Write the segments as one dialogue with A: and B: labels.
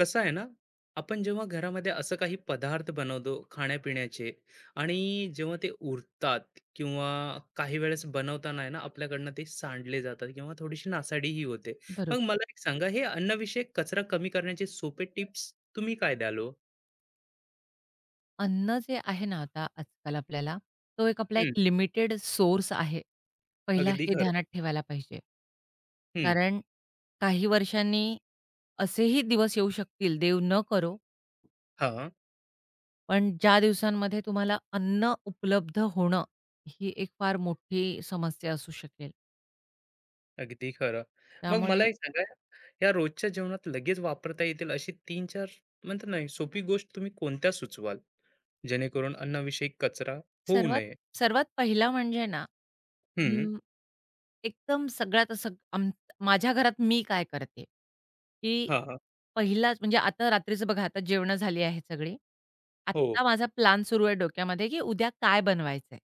A: कसं आहे ना आपण जेव्हा घरामध्ये असं काही पदार्थ बनवतो खाण्यापिण्याचे आणि जेव्हा ते उरतात किंवा काही वेळेस बनवताना आहे ना आपल्याकडनं ते सांडले जातात किंवा थोडीशी नासाडीही होते मग
B: बरोबर.
A: मला एक सांगा हे अन्नविषयक कचरा कमी करण्याचे सोपे टिप्स तुम्ही काय द्याल हो?
B: अन्न जे आहे ना आता आजकाल आपल्याला, तो एक आपला एक
A: हम्म,
B: लिमिटेड सोर्स आहे. पहिला
A: अगदी
B: हे
A: खरं
B: ध्यानात ठेवायला पाहिजे.
A: हम्म,
B: कारण काही वर्षांनी असेही दिवस येऊ शकतील, देव न करो,
A: हा
B: पण ज्या दिवसांमध्ये तुम्हाला अन्न उपलब्ध होणं, ही एक फार मोठी समस्या असू शकेल.
A: अगदी खरं मग मला
B: त्यामुळे
A: एक सांगा या रोजच्या जेवणात लगेच वापरता येतील अशी तीन चार म्हणतात नाही सोपी गोष्ट तुम्ही कोणत्या सुचवाल जेणेकरून अन्नविषयक कचरा होऊ
B: सर्वात
A: नये
B: सर्वात पहिला म्हणजे ना,
A: हं.
B: अं, एकदम सगळ्यात असं माझ्या घरात मी काय करते, की
A: हां, हां.
B: पहिलाच म्हणजे आता रात्रीचं बघा, आता जेवणं झाली आहेत सगळी.
A: हो.
B: आत्ता माझा प्लान सुरू आहे डोक्यामध्ये, की उद्या काय बनवायचंय?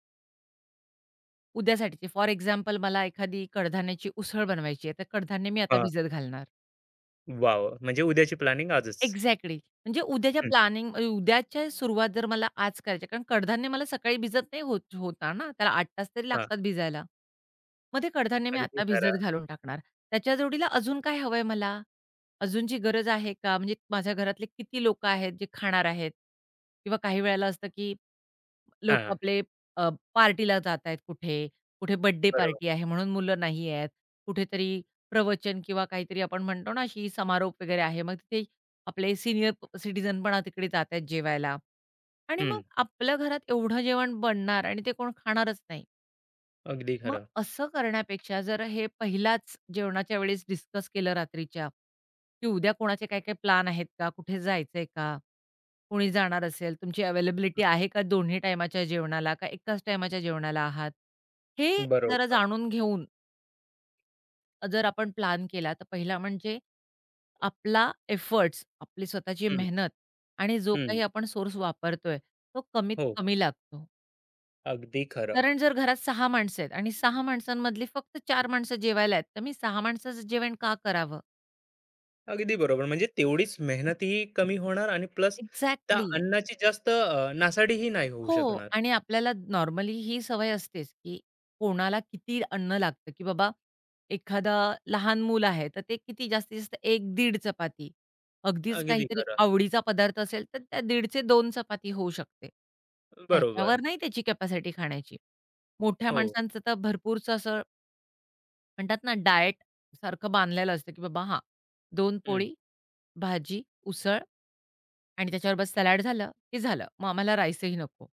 B: उद्यासाठीची फॉर एक्झाम्पल मला एखादी कडधान्याची उसळ बनवायची आहे, तर कडधान्य मी आता
A: हां.
B: भिजत घालणार.
A: वाह! वाह! म्हणजे उद्याची प्लॅनिंग आजच.
B: एक्झॅक्टली. म्हणजे उद्याच्या
A: हं.
B: प्लॅनिंग उद्याच्या सुरुवात जर मला आज करायची, कारण कडधान्य मला सकाळी भिजत नाही होत होणार ना, त्याला 8 तास तरी
A: हां.
B: लागतात भिजायला. मग ते कडधान्य मी
A: अगदी
B: आता भिजत
A: खरं.
B: घालून टाकणार. त्याच्या जोडीला अजून काय हवंय मला? अजूनची गरज आहे का? म्हणजे माझ्या घरातले किती लोकं आहेत जे खाणार आहेत? किंवा काही वेळेला असतं की लोकं
A: हां.
B: आपले अ, पार्टीला जात आहेत कुठे, कुठे बर्थडे
A: बरोबर.
B: पार्टी आहे म्हणून मुलं नाही आहेत. कुठेतरी प्रवचन किंवा काहीतरी आपण म्हणतो ना, अशी समारोप वगैरे आहे. मग तिथे आपले सीनियर सिटीजन पण तिकडे जात आहेत जेवायला आणि मग
A: हं.
B: आपल्या घरात एवढं जेवण बनणार आणि ते कोण खाणारच नाही.
A: अगदी
B: मग
A: खरं.
B: असं करण्यापेक्षा जर हे पहिलाच जेवणाच्या वेळेस डिस्कस केलं रात्रीच्या, की उद्या कोणाचे काय-काय प्लॅन आहेत का? कुठे जायचंय का? कोणी जाणार असेल, तुमची अवेलेबिलिटी आहे का दोन्ही टाईमाच्या जेवणाला का एकाच टाईमाच्या जेवणाला आहात? हे जरा
A: बरोबर.
B: जाणून घेऊन जर आपण प्लॅन केला, तर पहिला म्हणजे आपला एफर्ट्स, आपली स्वतःची
A: हं,
B: मेहनत आणि जो
A: हं.
B: काही आपण सोर्स वापरतोय, तो कमीत
A: हो.
B: कमी लागतो.
A: अगदी खरं.
B: कारण जर घरात सहा माणसं आहेत आणि 6 माणसांमधली फक्त चार माणसं जेवायला आहेत, तर मी 6 माणसाचं जेवण का करावं?
A: अगदी बरोबर. म्हणजे तेवढीच मेहनतही कमी होणार आणि प्लस त्या
B: एक्झॅक्टली.
A: अन्नाची जास्त नासाडीही नाही होऊ
B: हो.
A: शकणार.
B: आणि आपल्याला नॉर्मली ही सवय असतेच, की कोणाला किती अन्न लागतं, की बाबा एखादा लहान मूल आहे, तर ते किती जास्तीत जास्त 1-1.5 चपाती. अगदीच
A: अगदी
B: काहीतरी
A: खरं.
B: आवडीचा पदार्थ असेल, तर त्या 1.5 चे चपाती होऊ शकते.
A: बरोबर.
B: त्याच्यावर नाही त्याची कॅपॅसिटी खाण्याची. मोठ्या
A: हो.
B: माणसांचं तर भरपूरसं असं म्हणतात ना, डाएट सारखं बांधलेलं असतं, की बाबा हां, 2
A: हं.
B: पोळी, भाजी, उसळ आणि त्याच्यावर बस सलाड झालं, की झालं. मग आम्हाला राईसही नको.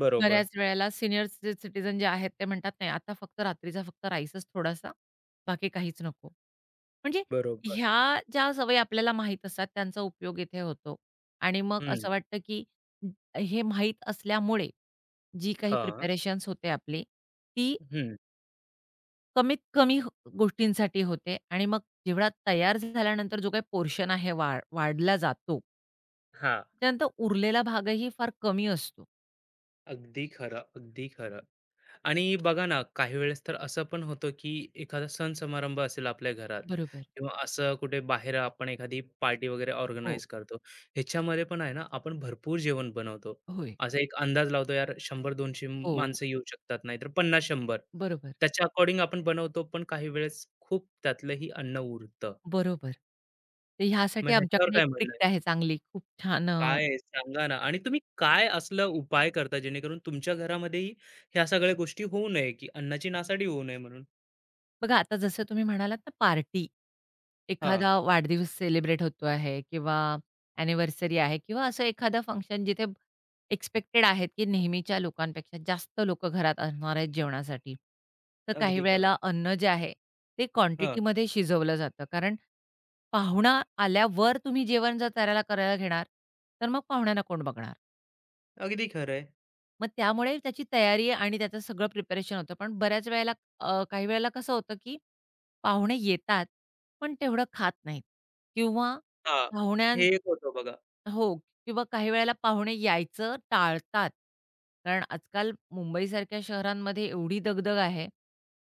A: बरोबर,
B: बऱ्याच वेळेला सिनियर सिटिझन जे आहेत ते म्हणतात, "नाही, आता फक्त रात्रीचा फक्त राईसच थोडासा, बाकी काहीच नको." म्हणजे
A: बरोबर.
B: ह्या ज्या सवयी आपल्याला माहीत असतात त्यांचा उपयोग इथे होतो आणि मग
A: हं.
B: असं वाटतं, की हे माहीत असल्यामुळे जी काही
A: हां.
B: प्रिपरेशन्स होते आपली, ती
A: हं.
B: कमीत कमी गोष्टींसाठी होते आणि मग जेवढा तयार झाल्यानंतर जो काही पोर्शन आहे वाढला जातो,
A: हां.
B: त्यानंतर उरलेला भागही फार कमी असतो.
A: अगदी खरं, अगदी खरं. आणि बघा ना, काही वेळेस तर असं पण होतं, की एखादा सण समारंभ असेल आपल्या घरात
B: बरोबर.
A: किंवा असं कुठे बाहेर आपण एखादी पार्टी वगैरे
B: हो.
A: ऑर्गनाइज करतो. ह्याच्यामध्ये पण आहे ना, आपण भरपूर जेवण बनवतो.
B: होय.
A: असा एक अंदाज लावतो, यार 100-200
B: हो.
A: माणसं येऊ शकतात, नाहीतर 50-100.
B: बरोबर.
A: त्याच्या अकॉर्डिंग आपण बनवतो, पण काही वेळेस खूप त्यातलंही अन्न उरतं.
B: बरोबर. तर
A: मग
B: ह्यासाठी
A: ह्याच्यावर
B: आमच्याकडे
A: काय
B: एक ट्रिक
A: म्हणणं आहे?
B: आहे चांगली. खूप छान
A: काय आहे? सांगा ना आणि तुम्ही काय असलं उपाय करता, जेणेकरून तुमच्या घरामध्येही ह्या सगळ्या गोष्टी होऊ नये, की अन्नाची नासाडी होऊ नये म्हणून?
B: बघा आता जसं तुम्ही म्हणालात ना, पार्टी,
A: हां.
B: एखादा वाढदिवस सेलिब्रेट होतो आहे किंवा अॅनिव्हर्सरी आहे किंवा असं एखादं फंक्शन जिथे एक्स्पेक्टेड आहेत, की नेहमीच्या लोकांपेक्षा जास्त लोकं घरात असणार आहेत जेवणासाठी. तर काही
A: अगदी खरं.
B: वेळेला अन्न जे आहे ते
A: हां,
B: क्वांटिटीमध्ये शिजवलं जातं. कारण पाहुणा आल्यावर तुम्ही जेवण जर त्याला करायला घेणार, तर मग पाहुण्यांना कोण बघणार?
A: अगदी खरं आहे.
B: मग त्यामुळे त्याची तयारी आणि त्याचं सगळं प्रिपरेशन होतं. पण बऱ्याच वेळेला काही वेळेला कसं होतं, की पाहुणे येतात, पण तेवढं खात नाहीत किंवा
A: हां.
B: पाहुण्यां
A: हे एक होतं बघा.
B: हो. किंवा काही वेळेला पाहुणे यायचं टाळतात. कारण आजकाल मुंबईसारख्या शहरांमध्ये एवढी दगदग आहे,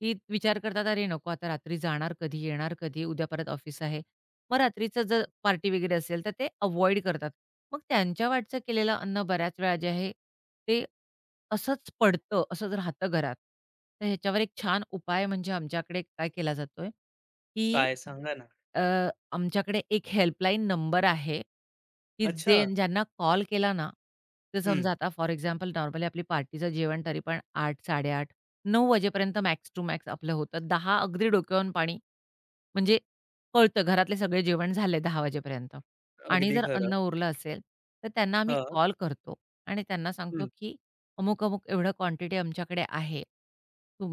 B: की विचार करतात, "अरे नको, आता रात्री जाणार कधी, येणार कधी, उद्या परत ऑफिस आहे." मग रात्रीचं जर पार्टी वगैरे असेल तर ते अव्हॉइड करतात. मग त्यांच्या वाटचं केलेलं अन्न बऱ्याच वेळा जे आहे ते असंच पडतं, असंच राहतं घरात. तर ह्याच्यावर एक छान उपाय म्हणजे आमच्याकडे काय केला जातोय, की
A: काय सांगा ना?
B: आमच्याकडे एक हेल्पलाईन नंबर आहे, की जे
A: अच्छा.
B: ज्यांना कॉल केला ना, तर
A: हं.
B: समजा आता फॉर एक्झाम्पल नॉर्मली आपली पार्टीचं जेवण तरी पण आठ 8:30, 9 वाजेपर्यंत मॅक्स टू मॅक्स आपलं होतं. दहा अगदी डोक्यावरून पाणी, म्हणजे कळतं घरातले सगळे जेवण झाले 10 वाजेपर्यंत, आणि
A: अगदी
B: जर
A: खरं.
B: अन्न उरलं असेल, तर त्यांना आम्ही
A: हां.
B: कॉल करतो आणि त्यांना सांगतो,
A: हं,
B: की अमुक-अमुक एवढं क्वांटिटी आमच्याकडे आहे.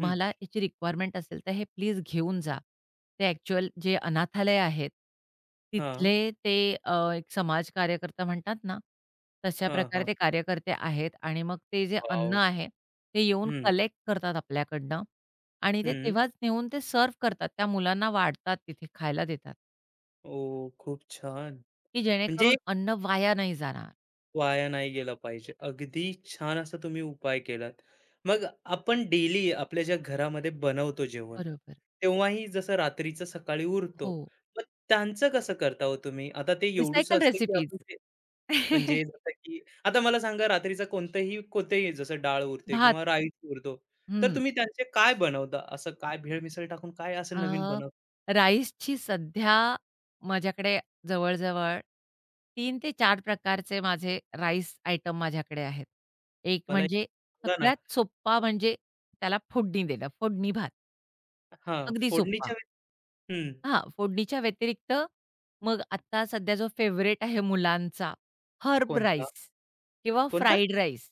A: हं.
B: याची रिक्वायरमेंट असेल तर हे प्लीज घेऊन जा. ते ॲक्चुअल जे अनाथालय आहेत,
A: हां,
B: तिथले ते एक समाज कार्यकर्ता म्हणतात ना, तशा
A: हां,
B: प्रकारे
A: हां.
B: ते कार्यकर्ते आहेत आणि मग ते जे अन्न
A: वॉव!
B: आहे, ते येऊन
A: हं,
B: कलेक्ट करतात आपल्याकडनं आणि ते
A: हं.
B: तेव्हाच नेऊन ते सर्व्ह करतात. त्या मुलांना वाढतात, तिथे खायला देतात,
A: ओह! खूप छान.
B: की
A: म्हणजे
B: जेणेकरून अन्न वाया नाही जाणार.
A: वाया नाही गेला पाहिजे. अगदी छान असा तुम्ही उपाय केलात. मग आपण डेली आपल्या ज्या घरामध्ये बनवतो जेवण,
B: बरोबर.
A: तेव्हाही जसं रात्रीचं सकाळी उरतो.
B: हो.
A: मग त्यांचं कसं करता हो तुम्ही? आता ते एवढुसं
B: रिसायकल
A: असतं की
B: रेसिपीज.
A: आपण ते म्हणजे जसं की आता मला सांगा रात्रीचा कोणतेही जसं डाळ उरते
B: भात.
A: किंवा राईस उरतो, तर
B: हं.
A: तुम्ही त्यांचे काय बनवता? असं काय भेळ मिसळ टाकून काय असं नवीन
B: अ,
A: बनवता?
B: राईसची सध्या माझ्याकडे जवळ-जवळ 3 ते 4 प्रकारचे माझे राईस आयटम माझ्याकडे आहेत. एक
A: मला एक
B: म्हणजे
A: सांगा ना?
B: सगळ्यात सोप्पा म्हणजे त्याला फोडणी देणं, फोडणी भात.
A: हां,
B: अगदी सोप्पा.
A: फोडणीच्या वेळी हं,
B: हां, फोडणीच्या व्यतिरिक्त मग आता सध्या जो फेव्हरेट आहे मुलांचा, हर्ब
A: कोणता?
B: राईस किंवा
A: कोणता?
B: Fried rice.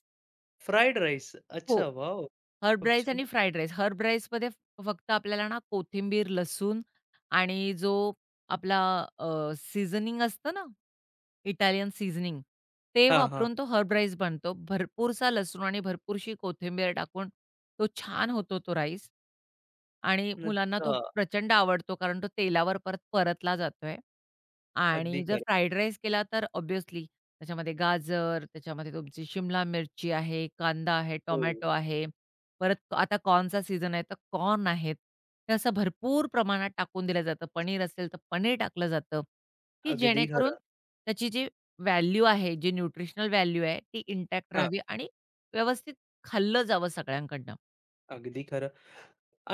A: Fried rice.
B: हो.
A: अच्छा, वाव
B: हर्ब
A: खूप
B: राईस आणि
A: छान.
B: Fried rice. हर्ब राईसमध्ये फक्त आपल्याला ना कोथिंबीर, लसूण आणि जो आपला सीझनिंग असतं ना, इटालियन सीझनिंग, ते
A: हां, हां.
B: वापरून तो हर्ब राईस बनतो. भरपूरसा लसूण आणि भरपूरशी कोथिंबीर टाकून तो छान होतो तो राईस आणि मुलांना तो
A: अच्छा.
B: प्रचंड आवडतो, कारण तो तेलावर परत परतला जातोय.
A: अगदी
B: आणि जर
A: खरं.
B: फ्राईड राईस केला तर ऑब्व्हियसली त्याच्यामध्ये गाजर, त्याच्यामध्ये तुमची शिमला मिरची आहे, कांदा आहे,
A: हो,
B: टोमॅटो आहे. परत आता कॉर्नचा सीझन आहे, तर कॉर्न आहेत. ते असं भरपूर प्रमाणात टाकून दिलं जातं. पनीर असेल, तर पनीर टाकलं जातं, की
A: अगदी
B: जेणेकरून
A: खरं.
B: त्याची जी व्हॅल्यू आहे, जी न्यूट्रिशनल व्हॅल्यू आहे, ती इंटॅक्ट
A: हां,
B: राहावी आणि व्यवस्थित खाल्लं जावं सगळ्यांकडनं.
A: अगदी खरं.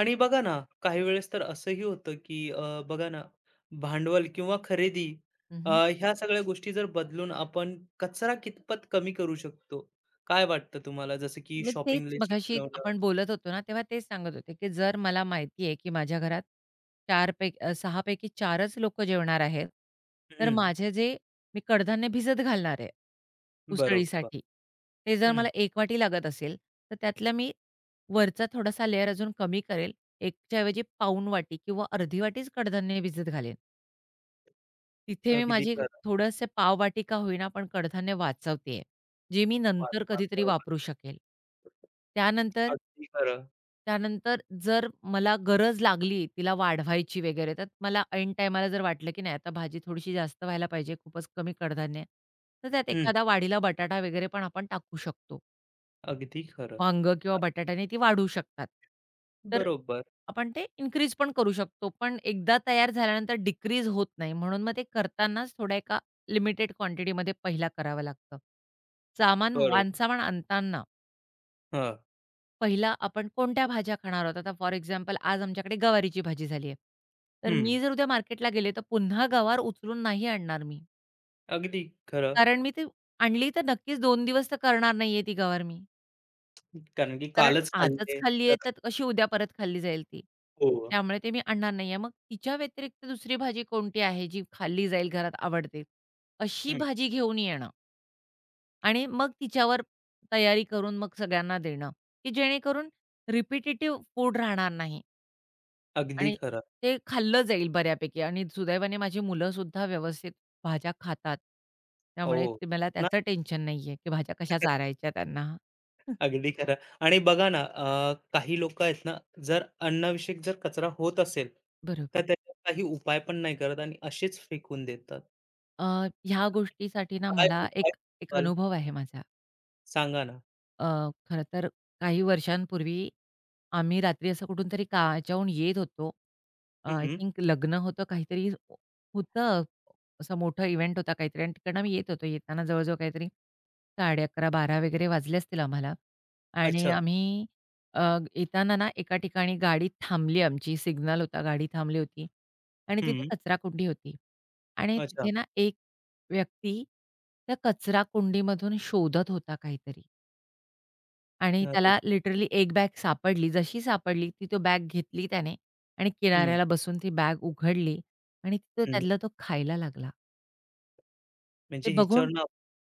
A: आणि बघा ना, काही वेळेस तर असंही होतं, की बघा ना, भांडवल किंवा खरेदी अ,
B: हं,
A: ह्या सगळ्या गोष्टी जर बदलून आपण कचरा कितपत कमी करू शकतो? काय वाटतं तुम्हाला? जसं की
B: मग
A: शॉपिंग
B: तेच
A: लिस्ट
B: मघाशी
A: बनवणं
B: आपण बोलत होतो ना, तेव्हा तेच सांगत होते, की जर मला माहिती आहे, की माझ्या घरात 4 पैकी 6 पैकी 4च लोकं जेवणार आहेत, तर
A: हं,
B: माझे जे मी कडधान्य भिजत घालणार आहे,
A: बरोबर.
B: उसळीसाठी, ते जर
A: हं,
B: मला एक वाटी लागत असेल, तर त्यातला मी वरचा थोडासा लेयर अजून कमी करेल. 1च्या ऐवजी पाऊण वाटी किंवा अर्धी वाटीच कडधान्य भिजत घालेन. तिथे मी
A: अगदी
B: माझी
A: खरं.
B: थोडंसं पावबाटी का होईना, पण कडधान्य वाचवतेय, जे मी
A: वाह!
B: नंतर
A: वाह!
B: कधीतरी
A: बरोबर.
B: वापरू शकेल. त्यानंतर
A: अगदी खरं.
B: त्यानंतर जर मला गरज लागली तिला वाढवायची वगैरे, तर मला ऐन टायमाला जर वाटलं, की नाही आता भाजी थोडीशी जास्त व्हायला पाहिजे, खूपच कमी कडधान्य आहे, तर त्यात
A: हं,
B: एखादा वाढीला बटाटा वगैरे पण आपण टाकू शकतो.
A: अगदी खरं.
B: वांगं किंवा बटाट्याने ती वाढू शकतात. तर
A: बरोबर,
B: आपण ते इन्क्रीज पण करू शकतो. पण एकदा तयार झाल्यानंतर डिक्रीज होत नाही. म्हणून मग ते करतानाच थोड्या एका लिमिटेड क्वांटिटीमध्ये पहिला करावं लागतं.
A: बरोबर.
B: वानसामान आणताना
A: हां,
B: पहिला आपण कोणत्या भाज्या खाणार आहोत? आता फॉर एक्झाम्पल आज आमच्याकडे गवारीची भाजी झाली आहे. तर
A: हं,
B: मी जर उद्या मार्केटला गेले तर पुन्हा गवार उचलून नाही आणणार मी.
A: अगदी खरं.
B: कारण मी ती आणली तर नक्कीच 2 दिवस तर करणार नाहीये ती गवार मी.
A: कारण की
B: कारण
A: कालच
B: आजच
A: खाल्ले
B: खाल्ली
A: तर
B: आहे, तर कशी उद्या परत खाल्ली जाईल ती.
A: हो.
B: त्यामुळे ते मी आणणार नाहीये. मग तिच्या व्यतिरिक्त दुसरी भाजी कोणती आहे, जी खाल्ली जाईल, घरात आवडते. अशी
A: हं,
B: भाजी घेऊन येणं आणि मग तिच्यावर तयारी करून मग सगळ्यांना देणं, की जेणेकरून रिपिटेटिव्ह फूड राहणार नाही
A: अगदी
B: आणि
A: खरं.
B: ते खाल्लं जाईल बऱ्यापैकी आणि सुदैवाने माझी मुलंसुद्धा व्यवस्थित भाज्या खातात. त्यामुळे
A: हो.
B: ते मला
A: ना
B: त्याचं टेन्शन नाहीये, की भाज्या कशा चारायच्या त्यांना.
A: अगदी खरं आणि बघा ना काही लोक आहेत ना, जर अन्नविषयक जर कचरा होत असेल, तर
B: बरोबर.
A: त्याच्यावर काही उपाय पण नाही करत आणि असेच फेकून देतात.
B: अ, ह्या गोष्टीसाठी ना
A: तर काय
B: मला
A: उपाय
B: एक एक
A: सुचवाल?
B: अनुभव आहे माझा.
A: सांगा ना?
B: खरं तर काही वर्षांपूर्वी आम्ही रात्री असं कुठून तरी च्याहून येत होतो. अ, आय
A: हं,
B: थिंक लग्न होतं काहीतरी, होतं. असा मोठा इव्हेंट होता काहीतरी आणि तिकडनं आम्ही येत होतो. येताना जवळ-जवळ काहीतरी 11:30-12:00 वगैरे वाजले असतील आम्हाला आणि
A: अच्छा.
B: आम्ही अ, येताना ना एका ठिकाणी गाडी थांबली आमची. सिग्नल होता, गाडी थांबली होती आणि तिथे
A: हं.
B: कचराकुंडी होती आणि
A: अच्छा.
B: तिथे ना एक व्यक्ती त्या कचराकुंडीमधून शोधत होता काहीतरी. आणि
A: अरे!
B: त्याला लिटरली एक बॅग सापडली. जशी सापडली, ती तो बॅग घेतली त्याने आणि
A: हं,
B: किनाऱ्याला बसून ती बॅग उघडली आणि तो
A: हं.
B: त्यातला तो खायला लागला. ते
A: म्हणजे ह्याच्यावर
B: बघून
A: ना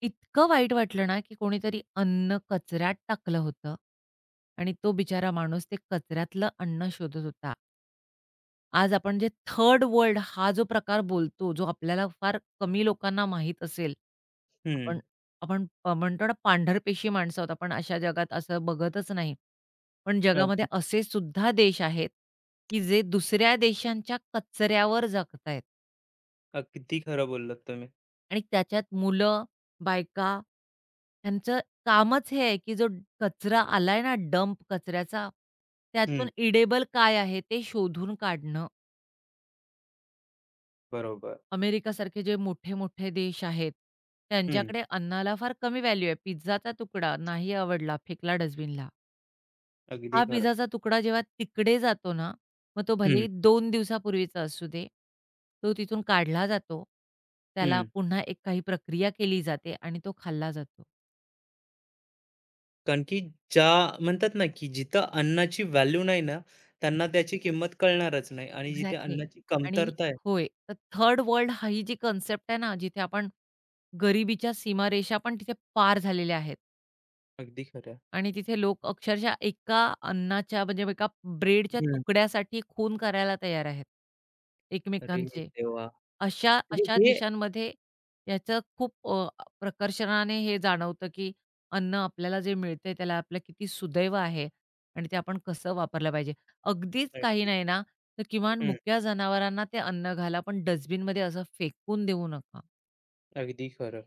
B: इतकं वाईट वाटलं ना, की कोणीतरी अन्न कचऱ्यात टाकलं होतं आणि तो बिचारा माणूस ते कचऱ्यातलं अन्न शोधत होता. आज आपण जे थर्ड वर्ल्ड हा जो प्रकार बोलतो, जो आपल्याला फार कमी लोकांना माहीत असेल. आपण
A: हं.
B: आपण प म्हणतो ना, पांढरपेशी माणसं आहोत. आपण अशा जगात असं बघतच नाही. पण जगामध्ये
A: अगदी
B: असे सुद्धा देश आहेत, की जे दुसऱ्या देशांच्या कचऱ्यावर जगतायत
A: अगदी खरं बोललात तुम्ही.
B: आणि त्याच्यात मुलं, बायका, त्यांचं कामच हे आहे, की जो कचरा आलाय ना डंप कचऱ्याचा,
A: हं.
B: त्यातून इडेबल काय आहे ते शोधून काढणं.
A: बरोबर.
B: अमेरिकासारखे जे मोठे-मोठे देश आहेत,
A: हं.
B: त्यांच्याकडे अन्नाला फार कमी व्हॅल्यू आहे. पिझ्झाचा तुकडा नाही आवडला, फेकला डस्टबिनला.
A: अगदी
B: हा
A: खरं.
B: पिझ्झाचा तुकडा जेव्हा तिकडे जातो ना, मग तो
A: हं,
B: भलेही 2 दिवसापूर्वीचा असू दे, तो तिथून काढला जातो. त्याला
A: हं.
B: पुन्हा एक काही प्रक्रिया केली जाते आणि तो खाल्ला जातो.
A: कारण की ज्या म्हणतात ना, की जिथं अन्नाची व्हॅल्यू नाही ना, त्यांना
B: बरोबर.
A: त्याची किंमत कळणारच नाही आणि जिथे
B: एक्झॅक्टली.
A: अन्नाची
B: आणि
A: कमतरता आहे
B: होय, तर थर्ड वर्ल्ड हा ही जी कन्सेप्ट आहे ना, जिथे आपण गरिबीच्या सीमारेषा पण तिथे पार झालेल्या आहेत.
A: अगदी खरं आहे.
B: आणि तिथे लोक अक्षरशः एका अन्नाच्या, म्हणजे एका ब्रेडच्या
A: हं.
B: तुकड्यासाठी खून करायला तयार आहेत,
A: अरे
B: एकमेकांचे.
A: देवा!
B: अशा
A: म्हणजे
B: अशा
A: हे
B: देशांमध्ये याचं खूप प्रकर्षाने हे जाणवतं, की अन्न आपल्याला जे मिळतंय त्याला आपलं किती सुदैव आहे आणि ते आपण कसं वापरलं पाहिजे. अगदीच काही
A: अगदी
B: नाही
A: खरं.
B: ना, तर किमान
A: हं.
B: मुक्या जनावरांना ते अन्न घाला, पण डस्टबिनमध्ये असं फेकून देऊ नका.
A: अगदी खरं.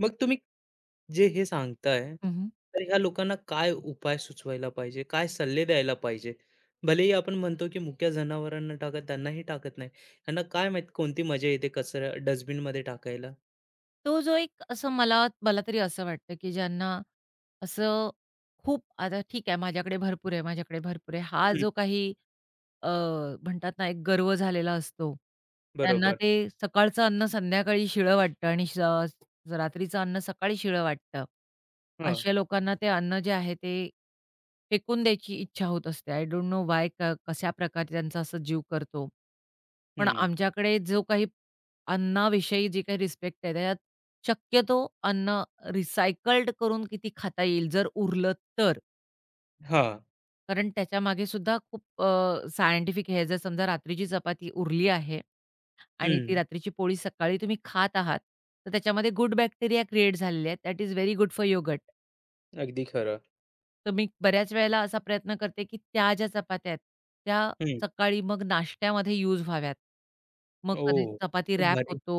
A: मग तुम्ही जे हे सांगताय,
B: हं,
A: तर ह्या लोकांना काय उपाय सुचवायला पाहिजे? काय सल्ले द्यायला पाहिजे? भलेही आपण म्हणतो, की मुक्या जनावरांना टाका, त्यांनाही टाकत नाही. ह्यांना काय माहीत कोणती मजा येते कचरा डस्टबिनमध्ये टाकायला?
B: तो जो एक असं मला मला तरी असं वाटतं, की ज्यांना असं खूप आता ठीक आहे माझ्याकडे भरपूर आहे, माझ्याकडे भरपूर आहे. हा
A: हं.
B: जो काही अ, म्हणतात ना, एक गर्व झालेला असतो. त्यांना हं.
A: बरोबर.
B: ते सकाळचं अन्न संध्याकाळी शिळं वाटतं आणि रात्रीचं अन्न सकाळी शिळं वाटतं.
A: हां.
B: अशा लोकांना ते अन्न जे आहे ते फेकून द्यायची इच्छा होत असते. आय डोंट नो व्हाय कशाप्रकारे त्यांचा असा जीव करतो. पण
A: हं.
B: आमच्याकडे जो काही अन्नाविषयी जी काही रिस्पेक्ट आहे, त्याच्यात शक्यतो अन्न रिसायकल्ड करून किती खाता येईल, जर उरलं तर.
A: हां.
B: कारण त्याच्यामागे सुद्धा खूप सायंटिफिक हे आहे. जर समजा रात्रीची चपाती उरली आहे आणि ती
A: हं.
B: रात्रीची पोळी सकाळी तुम्ही खात आहात, तर त्याच्यामध्ये गुड बॅक्टेरिया क्रिएट झालेले आहेत. That is very good for yoghurt.
A: अगदी खरं.
B: तर मी बऱ्याच वेळेला असा प्रयत्न करते, की त्या ज्या चपात्या आहेत, त्या
A: हं.
B: सकाळी मग नाश्त्यामध्ये यूज व्हाव्यात. मग कधी
A: ओह!
B: चपाती
A: खूप
B: रॅप
A: भारी.
B: होतो,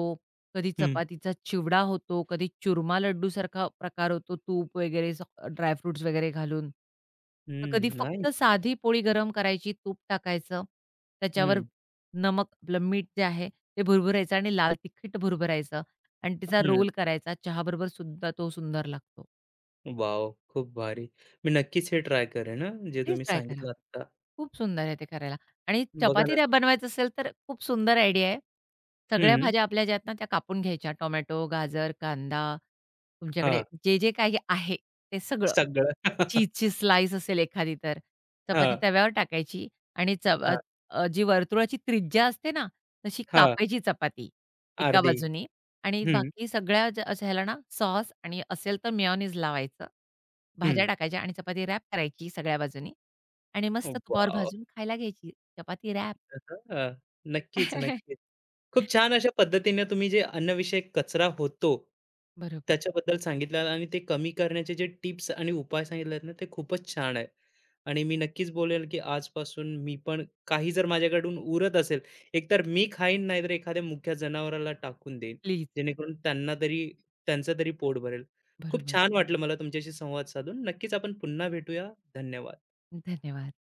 B: कधी
A: हं.
B: चपातीचा चिवडा होतो, कधी चुरमा लड्डूसारखा प्रकार होतो, तूप वगैरे ड्रायफ्रुट्स वगैरे घालून. तर
A: हं.
B: कधी
A: नाही.
B: फक्त साधी पोळी गरम करायची, तूप टाकायचं, त्याच्यावर
A: हं.
B: नमक, आपलं मीठ जे आहे ते भुरभुरायचं आणि लाल तिखट भुरभुरायचं आणि त्याचा
A: हं.
B: रोल करायचा. चहाबरोबर सुद्धा तो सुंदर लागतो.
A: वॉव! खूप भारी. मी नक्कीच हे ट्राय करेन हं, जे
B: प्लीज
A: तुम्ही
B: ट्राय करा.
A: सांगितलं आत्ता.
B: खूप सुंदर आहे ते करायला, आणि
A: बघा
B: चपाती
A: ना
B: रा बनवायचं असेल तर खूप सुंदर आयडिया आहे. सगळ्या
A: हं.
B: भाज्या आपल्या ज्या ना, त्या कापून घ्यायच्या. टोमॅटो, गाजर, कांदा, तुमच्याकडे
A: हां.
B: जे, जे काही आहे ते सगळं.
A: सगळं.
B: चीजची स्लाईस असेल एखादी तर, चपाती
A: हां,
B: तव्यावर टाकायची आणि
A: हां,
B: जी वर्तुळाची त्रिज्या असते ना, तशी
A: हां.
B: कापायची चपाती एका
A: अर्धी.
B: बाजूनी आणि
A: हं,
B: बाकी सगळ्या ज्या अशा ह्याला ना सॉस आणि असेल तर मेयोनीज लावायचं.
A: हं.
B: भाज्या टाकायच्या आणि चपाती व्रॅप करायची सगळ्या बाजूनी आणि मस्त तुपावर
A: वॉव!
B: भाजून खायला घ्यायची. चपाती व्रॅप.
A: हां. नक्कीच, नक्कीच. खूप छान अशा पद्धतीने तुम्ही जे अन्नविषयक कचरा होतो,
B: बरोबर.
A: त्याच्याबद्दल सांगितलं आणि ते कमी करण्याचे जे टिप्स आणि उपाय सांगितलेत ना, ते खूपच छान आहे. आणि मी नक्कीच बोलेल, की आजपासून मी पण काही जर माझ्याकडून उरत असेल, एकतर मी खाईन नाहीतर एखाद्या मुक्या जनावराला टाकून देईन,
B: प्लीज.
A: जेणेकरून त्यांना तरी त्यांचं तरी पोट भरेल. खूप
B: बरोबर.
A: छान वाटलं मला तुमच्याशी संवाद साधून. नक्कीच आपण पुन्हा भेटूया. धन्यवाद.
B: धन्यवाद.